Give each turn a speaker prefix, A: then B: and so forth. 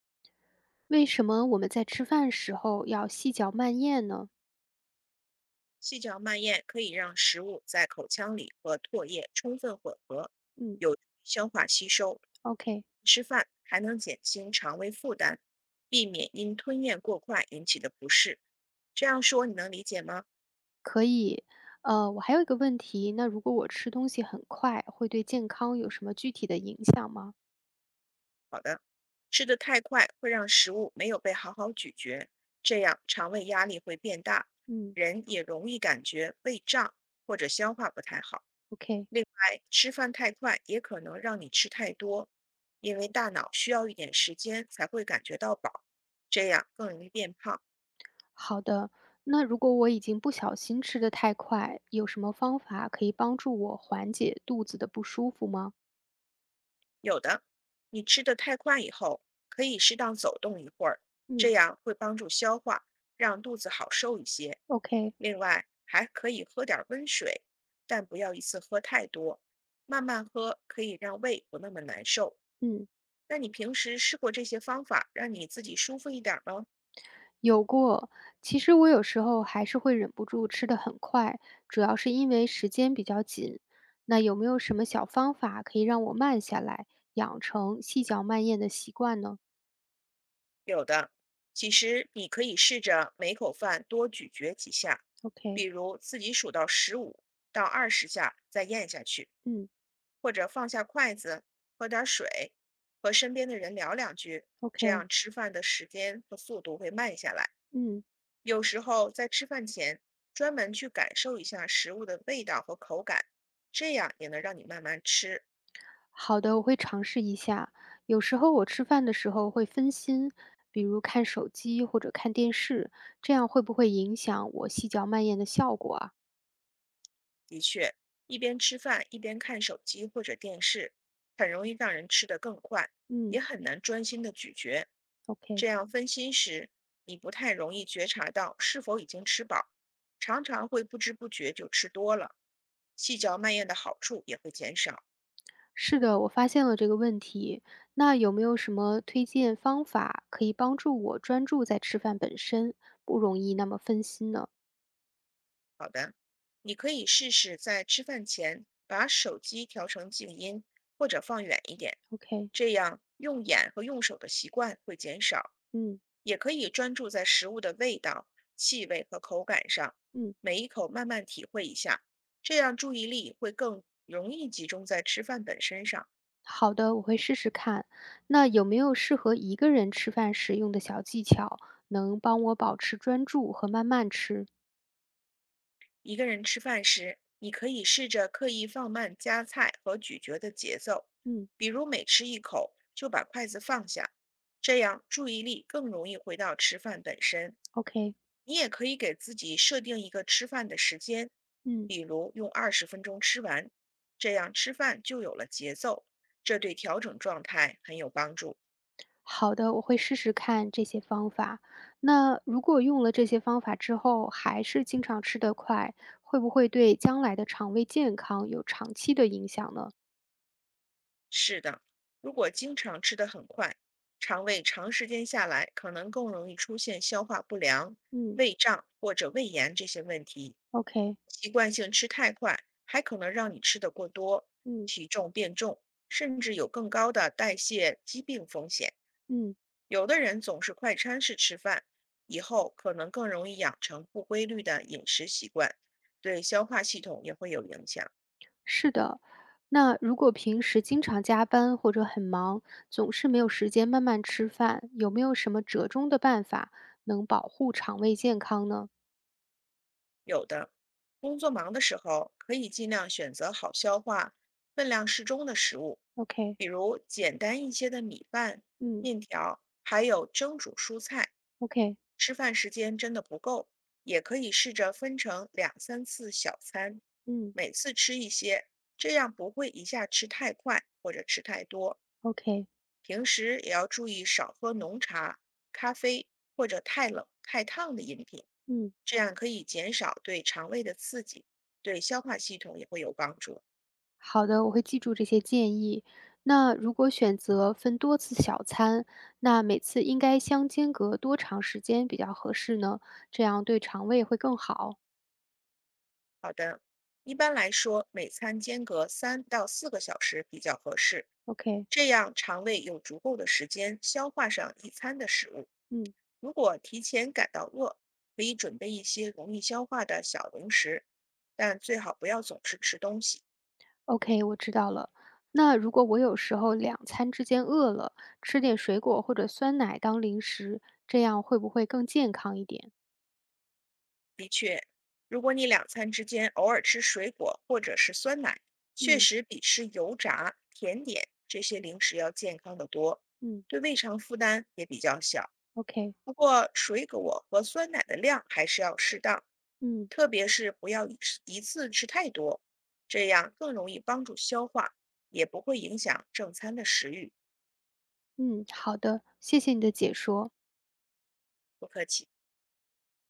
A: 为什么我们在吃饭时候要细嚼慢咽呢？
B: 细嚼慢咽可以让食物在口腔里和唾液充分混合，
A: 嗯
B: 有助于消化吸收。
A: ，OK，
B: 吃饭还能减轻肠胃负担，避免因吞咽过快引起的不适。这样说你能理解吗？
A: 可以。我还有一个问题，那如果我吃东西很快，会对健康有什么具体的影响吗？
B: 好的，吃得太快会让食物没有被好好咀嚼，这样肠胃压力会变大，
A: 嗯
B: 人也容易感觉胃胀或者消化不太好。
A: ，OK，
B: 另外，吃饭太快也可能让你吃太多，因为大脑需要一点时间才会感觉到饱，这样更容易变胖。
A: 好的。那如果我已经不小心吃得太快，有什么方法可以帮助我缓解肚子的不舒服吗？
B: 有的，你吃得太快以后，可以适当走动一会儿，这
A: 嗯
B: 样会帮助消化，让肚子好受一些。
A: ，OK，
B: 另外，还可以喝点儿温水，但不要一次喝太多，慢慢喝可以让胃不那么难受。
A: 嗯。
B: 那你平时试过这些方法，让你自己舒服一点儿吗？
A: 有过，其实我有时候还是会忍不住吃的很快，主要是因为时间比较紧。那有没有什么小方法可以让我慢下来，养成细嚼慢咽的习惯呢
B: 有的，其实你可以试着每口饭多咀嚼几下，比
A: ？OK，
B: 如自己数到15到二十下再咽下去，
A: 嗯
B: 或者放下筷子，喝点儿水，和身边的人聊两句，这
A: ，OK，
B: 样吃饭的时间和速度会慢下来。
A: 嗯，
B: 有时候在吃饭前专门去感受一下食物的味道和口感，这样也能让你慢慢吃。
A: 好的，我会尝试一下。有时候我吃饭的时候会分心，比如看手机或者看电视，这样会不会影响我细嚼慢咽的效果啊？
B: 的确，一边吃饭一边看手机或者电视，很容易让人吃得更快，也
A: 嗯
B: 很难专心的咀嚼。
A: ，OK。
B: 这样分心时，你不太容易觉察到是否已经吃饱，常常会不知不觉就吃多了。细嚼慢咽的好处也会减少。
A: 是的，我发现了这个问题。那有没有什么推荐方法可以帮助我专注在吃饭本身，不容易那么分心呢
B: 好的，你可以试试在吃饭前把手机调成静音或者放远一点，
A: ？OK，
B: 这样用眼和用手的习惯会减少。
A: 嗯
B: 也可以专注在食物的味道、气味和口感上，
A: 嗯，
B: 每一口慢慢体会一下，这样注意力会更容易集中在吃饭本身上。
A: 好的，我会试试看。那有没有适合一个人吃饭时用的小技巧，能帮我保持专注和慢慢吃？
B: 一个人吃饭时，你可以试着刻意放慢夹菜和咀嚼的节奏，
A: 嗯
B: 比如每吃一口就把筷子放下，这样注意力更容易回到吃饭本身。
A: ，OK，
B: 你也可以给自己设定一个吃饭的时间，
A: 嗯。
B: 比如用20分钟吃完，这样吃饭就有了节奏，这对调整状态很有帮助。
A: 好的，我会试试看这些方法。那如果用了这些方法之后，还是经常吃得快，会不会对将来的肠胃健康有长期的影响呢？
B: 是的，如果经常吃得很快，肠胃长时间下来，可能更容易出现消化不良、
A: 嗯
B: 胃胀或者胃炎这些问题。
A: ，OK，
B: 习惯性吃太快，还可能让你吃得过多，
A: 嗯
B: 体重变重，甚至有更高的代谢疾病风险。
A: 嗯，
B: 有的人总是快餐式吃饭，以后可能更容易养成不规律的饮食习惯，对消化系统也会有影响。
A: 是的。那如果平时经常加班或者很忙，总是没有时间慢慢吃饭，有没有什么折中的办法能保护肠胃健康呢
B: 有的，工作忙的时候可以尽量选择好消化、分量适中的食物，
A: ？OK，
B: 比如简单一些的米饭、
A: 嗯
B: 面条，还有蒸煮蔬菜。
A: ，OK，
B: 吃饭时间真的不够，也可以试着分成两三次小餐，
A: 嗯
B: 每次吃一些，这样不会一下吃太快或者吃太多。
A: ，OK，
B: 平时也要注意少喝浓茶、咖啡或者太冷、太烫的饮品，
A: 嗯。
B: 这样可以减少对肠胃的刺激，对消化系统也会有帮助。
A: 好的，我会记住这些建议。那如果选择分多次小餐，那每次应该相间隔多长时间比较合适呢？这样对肠胃会更好。
B: 好的，一般来说，每餐间隔3到4个小时比较合适，
A: OK，
B: 这样肠胃有足够的时间消化上一餐的食物。
A: 嗯
B: 如果提前感到饿，可以准备一些容易消化的小零食，但最好不要总是吃东西。
A: ，OK，我知道了。那如果我有时候两餐之间饿了，吃点水果或者酸奶当零食，这样会不会更健康一点？
B: 如果你两餐之间偶尔吃水果或者是酸奶，确
A: 嗯
B: 实比吃油炸、甜点这些零食要健康得多，
A: 嗯
B: 对胃肠负担也比较小。
A: ，OK，
B: 不过，水果和酸奶的量还是要适当，
A: 嗯
B: 特别是不要一次一次吃太多，这样更容易帮助消化，也不会影响正餐的食欲。
A: 嗯，好的，谢谢你的解说。
B: 不客气。